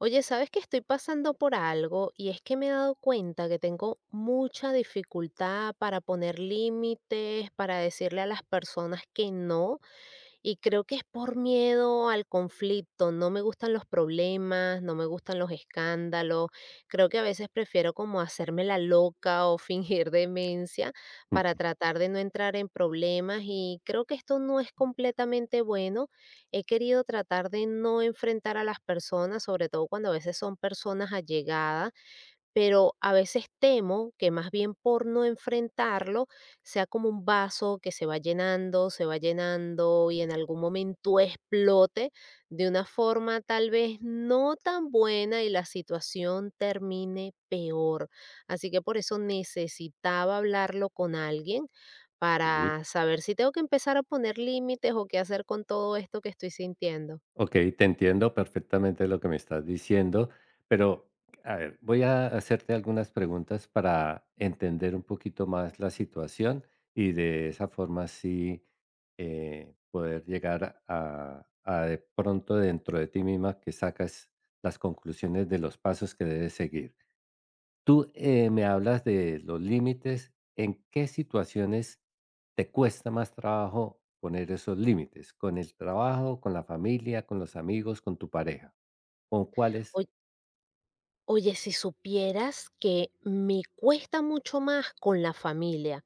Oye, sabes que estoy pasando por algo y es que me he dado cuenta que tengo mucha dificultad para poner límites, para decirle a las personas que no. Y creo que es por miedo al conflicto, no me gustan los problemas, no me gustan los escándalos, creo que a veces prefiero como hacerme la loca o fingir demencia para tratar de no entrar en problemas y creo que esto no es completamente bueno. He querido tratar de no enfrentar a las personas, sobre todo cuando a veces son personas allegadas, pero a veces temo que más bien por no enfrentarlo sea como un vaso que se va llenando y en algún momento explote de una forma tal vez no tan buena y la situación termine peor. Así que por eso necesitaba hablarlo con alguien Sí, para saber si tengo que empezar a poner límites o qué hacer con todo esto que estoy sintiendo. okey, te entiendo perfectamente lo que me estás diciendo, pero, a ver, voy a hacerte algunas preguntas para entender un poquito más la situación y de esa forma sí, poder llegar a de pronto dentro de ti misma que sacas las conclusiones de los pasos que debes seguir. Tú, me hablas de los límites. ¿En qué situaciones te cuesta más trabajo poner esos límites? ¿Con el trabajo, con la familia, con los amigos, con tu pareja? ¿Con cuáles? Oye, si supieras que me cuesta mucho más con la familia.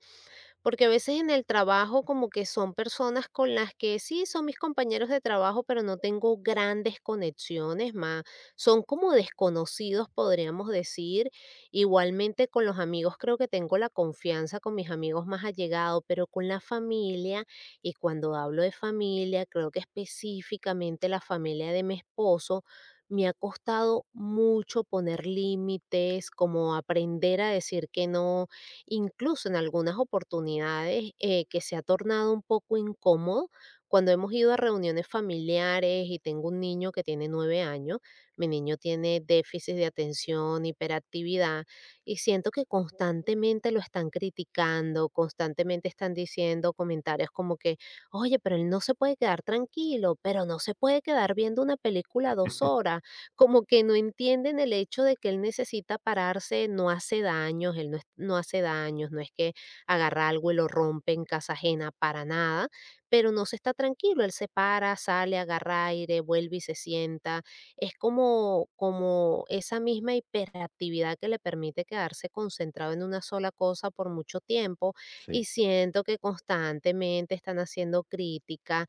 Porque a veces en el trabajo como que son personas con las que sí son mis compañeros de trabajo, pero no tengo grandes conexiones más. Son como desconocidos, podríamos decir. Igualmente con los amigos creo que tengo la confianza con mis amigos más allegados, pero con la familia, y cuando hablo de familia, creo que específicamente la familia de mi esposo, me ha costado mucho poner límites, como aprender a decir que no, incluso en algunas oportunidades que se ha tornado un poco incómodo. Cuando hemos ido a reuniones familiares y tengo un niño que tiene 9 años, mi niño tiene déficit de atención, hiperactividad, y siento que constantemente lo están criticando, constantemente están diciendo comentarios como que, oye, pero él no se puede quedar tranquilo, pero no se puede quedar viendo una película 2 horas, como que no entienden el hecho de que él necesita pararse, no hace daños, él no, no hace daños, no es que agarra algo y lo rompe en casa ajena para nada, pero no se está tranquilo, él se para, sale, agarra aire, vuelve y se sienta. Es como, como esa misma hiperactividad que le permite quedarse concentrado en una sola cosa por mucho tiempo. Sí. Y siento que constantemente están haciendo críticas.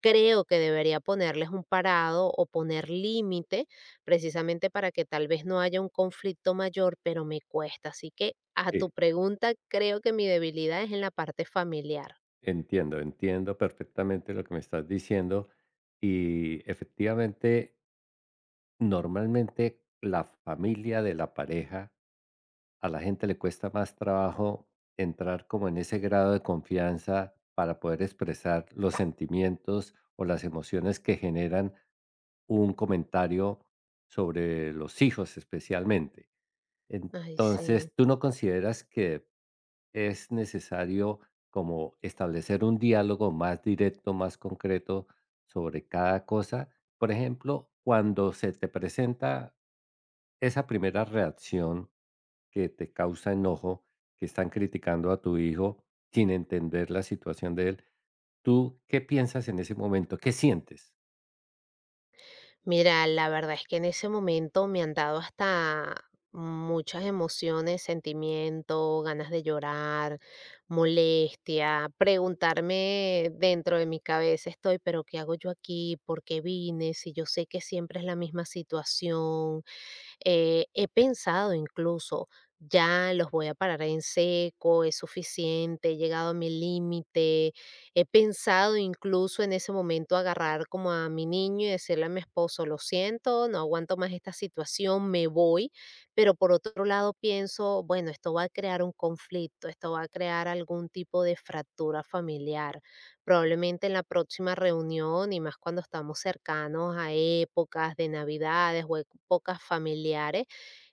Creo que debería ponerles un parado o poner límite, precisamente para que tal vez no haya un conflicto mayor, pero me cuesta. Así que a Sí, tu pregunta, creo que mi debilidad es en la parte familiar. entiendo, entiendo perfectamente lo que me estás diciendo y efectivamente, normalmente la familia de la pareja, a la gente le cuesta más trabajo entrar como en ese grado de confianza para poder expresar los sentimientos o las emociones que generan un comentario sobre los hijos especialmente. Ay, sí. Entonces, ¿tú no consideras que es necesario como establecer un diálogo más directo, más concreto sobre cada cosa? Por ejemplo, cuando se te presenta esa primera reacción que te causa enojo, que están criticando a tu hijo sin entender la situación de él, ¿tú qué piensas en ese momento? ¿Qué sientes? Mira, la verdad es que en ese momento me han dado hasta muchas emociones, sentimiento, ganas de llorar, molestia, preguntarme dentro de mi cabeza estoy, pero ¿qué hago yo aquí? ¿Por qué vine? Si yo sé que siempre es la misma situación. He pensado incluso, ya los voy a parar en seco, es suficiente, he llegado a mi límite. He pensado incluso en ese momento agarrar como a mi niño y decirle a mi esposo, lo siento, no aguanto más esta situación, me voy, pero por otro lado pienso, bueno, esto va a crear un conflicto, esto va a crear algún tipo de fractura familiar, probablemente en la próxima reunión y más cuando estamos cercanos a épocas de Navidades o épocas familiares.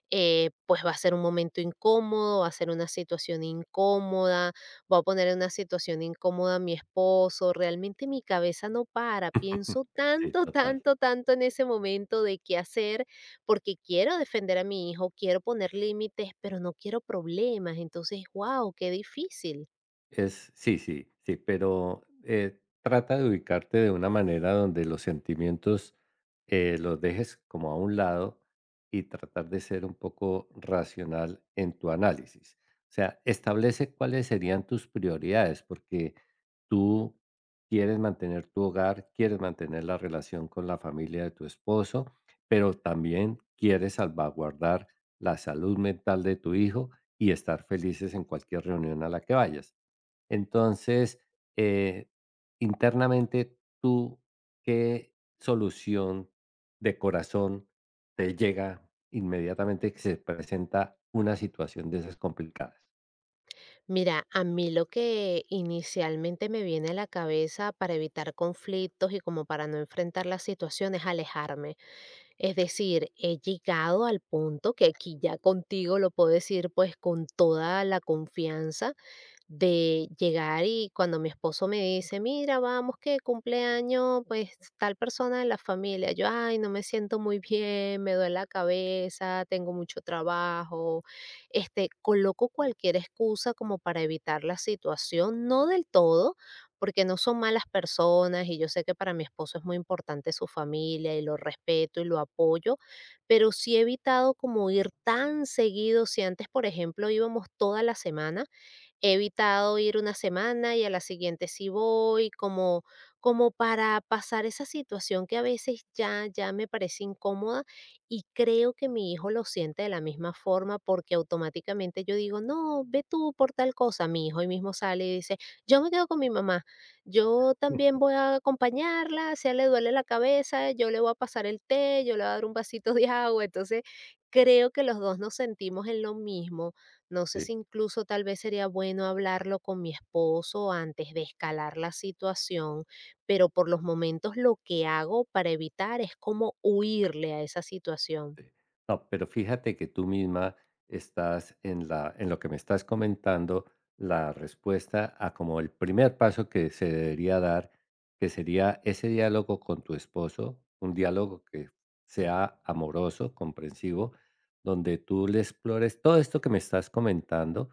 Pues va a ser un momento incómodo, va a ser una situación incómoda, va a poner en una situación incómoda a mi esposo. Realmente mi cabeza no para, pienso Sí, tanto, total. tanto, tanto en ese momento de qué hacer, porque quiero defender a mi hijo, quiero poner límites, pero no quiero problemas. Entonces, wow, qué difícil. Es sí, sí, sí, pero, trata de ubicarte de una manera donde los sentimientos, los dejes como a un lado y tratar de ser un poco racional en tu análisis. O sea, establece cuáles serían tus prioridades, porque tú quieres mantener tu hogar, quieres mantener la relación con la familia de tu esposo, pero también quieres salvaguardar la salud mental de tu hijo y estar felices en cualquier reunión a la que vayas. Entonces, eh, internamente, ¿tú qué solución de corazón te llega inmediatamente que se presenta una situación de esas complicadas? Mira, a mí lo que inicialmente me viene a la cabeza para evitar conflictos y como para no enfrentar las situaciones es alejarme. Es decir, he llegado al punto que aquí ya contigo lo puedo decir pues con toda la confianza de llegar y cuando mi esposo me dice, mira, vamos, que cumpleaños, pues tal persona de la familia, yo, ay, no me siento muy bien, me duele la cabeza, tengo mucho trabajo, este, coloco cualquier excusa como para evitar la situación, no del todo, porque no son malas personas y yo sé que para mi esposo es muy importante su familia y lo respeto y lo apoyo, pero sí he evitado como ir tan seguido, si antes, por ejemplo, íbamos toda la semana, he evitado ir una semana y a la siguiente sí voy, como, como para pasar esa situación que a veces ya me parece incómoda y creo que mi hijo lo siente de la misma forma porque automáticamente yo digo, no, ve tú por tal cosa. Mi hijo hoy mismo sale y dice, yo me quedo con mi mamá, yo también voy a acompañarla, si a él le duele la cabeza, yo le voy a pasar el té, yo le voy a dar un vasito de agua, entonces creo que los dos nos sentimos en lo mismo. No sé si Sí. incluso tal vez sería bueno hablarlo con mi esposo antes de escalar la situación, pero por los momentos lo que hago para evitar es como huirle a esa situación. No, pero fíjate que tú misma estás en la en lo que me estás comentando, la respuesta a como el primer paso que se debería dar, que sería ese diálogo con tu esposo, un diálogo que sea amoroso, comprensivo, donde tú le explores todo esto que me estás comentando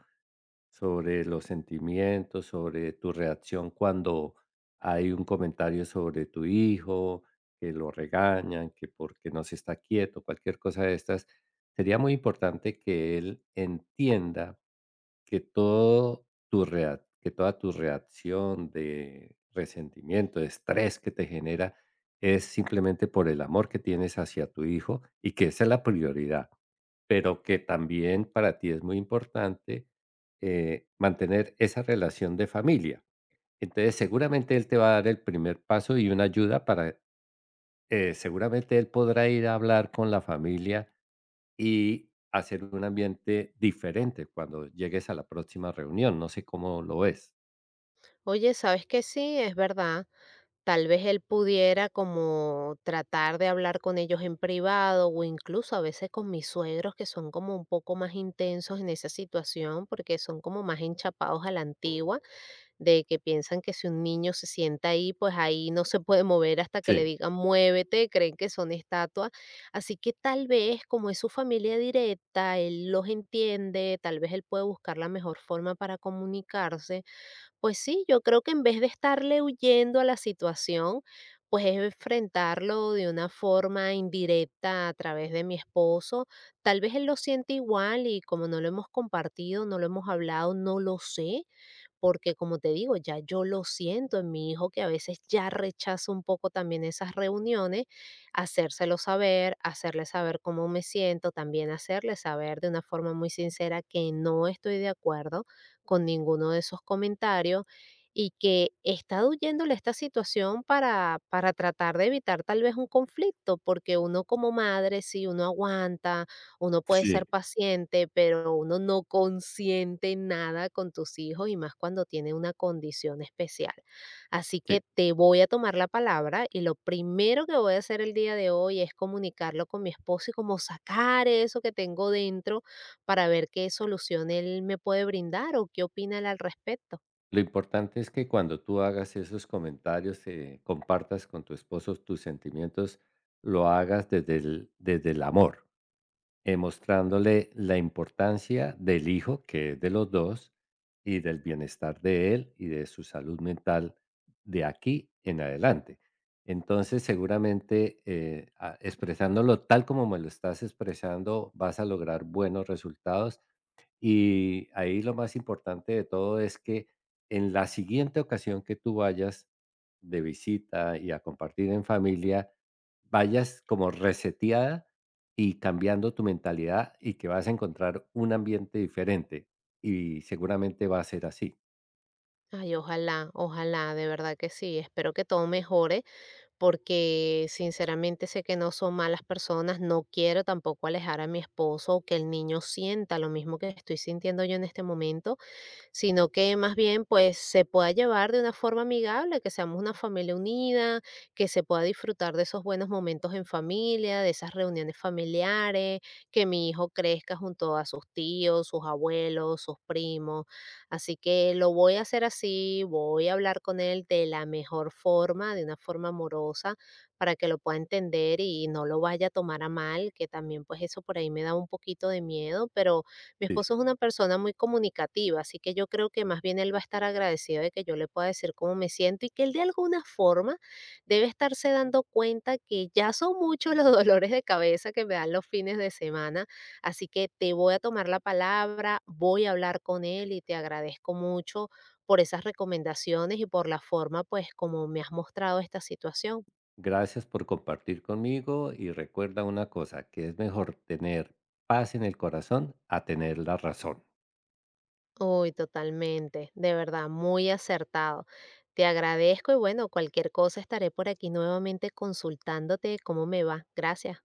sobre los sentimientos, sobre tu reacción cuando hay un comentario sobre tu hijo, que lo regañan, que porque no se está quieto, cualquier cosa de estas. Sería muy importante que él entienda que todo tu rea que toda tu reacción de resentimiento, de estrés que te genera, es simplemente por el amor que tienes hacia tu hijo y que esa es la prioridad, pero que también para ti es muy importante, mantener esa relación de familia. Entonces, seguramente él te va a dar el primer paso y una ayuda para, seguramente él podrá ir a hablar con la familia y hacer un ambiente diferente cuando llegues a la próxima reunión. No sé cómo lo ves. Oye, ¿sabes qué? Sí, es verdad. Tal vez él pudiera como tratar de hablar con ellos en privado o incluso a veces con mis suegros que son como un poco más intensos en esa situación porque son como más enchapados a la antigua, de que piensan que si un niño se sienta ahí, pues ahí no se puede mover hasta que le Sí, digan muévete, creen que son estatuas. Así que tal vez, como es su familia directa, él los entiende, tal vez él puede buscar la mejor forma para comunicarse. Pues sí, yo creo que en vez de estarle huyendo a la situación, pues es enfrentarlo de una forma indirecta a través de mi esposo. Tal vez él lo siente igual y como no lo hemos compartido, no lo hemos hablado, no lo sé, porque como te digo, ya yo lo siento en mi hijo que a veces ya rechaza un poco también esas reuniones, hacérselo saber, hacerle saber cómo me siento, también hacerle saber de una forma muy sincera que no estoy de acuerdo con ninguno de esos comentarios y que está huyéndole esta situación para tratar de evitar tal vez un conflicto, porque uno como madre, si uno aguanta, uno puede sí, ser paciente, pero uno no consiente nada con tus hijos y más cuando tiene una condición especial. Así sí. que te voy a tomar la palabra y lo primero que voy a hacer el día de hoy es comunicarlo con mi esposo y como sacar eso que tengo dentro para ver qué solución él me puede brindar o qué opina él al respecto. Lo importante es que cuando tú hagas esos comentarios, compartas con tu esposo tus sentimientos, lo hagas desde desde el amor. Mostrándole la importancia del hijo, que es de los 2 y del bienestar de él y de su salud mental de aquí en adelante. Entonces, seguramente, expresándolo tal como me lo estás expresando, vas a lograr buenos resultados y ahí lo más importante de todo es que en la siguiente ocasión que tú vayas de visita y a compartir en familia, vayas como reseteada y cambiando tu mentalidad y que vas a encontrar un ambiente diferente. Y seguramente va a ser así. Ay, ojalá, ojalá, de verdad que sí. Espero que todo mejore, porque sinceramente sé que no son malas personas, no quiero tampoco alejar a mi esposo o que el niño sienta lo mismo que estoy sintiendo yo en este momento, sino que más bien, pues, se pueda llevar de una forma amigable, que seamos una familia unida, que se pueda disfrutar de esos buenos momentos en familia, de esas reuniones familiares, que mi hijo crezca junto a sus tíos, sus abuelos, sus primos. Así que lo voy a hacer así, voy a hablar con él de la mejor forma, de una forma amorosa, para que lo pueda entender y no lo vaya a tomar a mal, que también pues eso por ahí me da un poquito de miedo, pero mi Sí, esposo sí. es una persona muy comunicativa, así que yo creo que más bien él va a estar agradecido de que yo le pueda decir cómo me siento y que él de alguna forma debe estarse dando cuenta que ya son muchos los dolores de cabeza que me dan los fines de semana. Así que te voy a tomar la palabra, voy a hablar con él y te agradezco mucho por esas recomendaciones y por la forma, pues, como me has mostrado esta situación. Gracias por compartir conmigo y recuerda una cosa, que es mejor tener paz en el corazón a tener la razón. Uy, totalmente, de verdad, muy acertado. Te agradezco y bueno, cualquier cosa estaré por aquí nuevamente consultándote cómo me va. Gracias.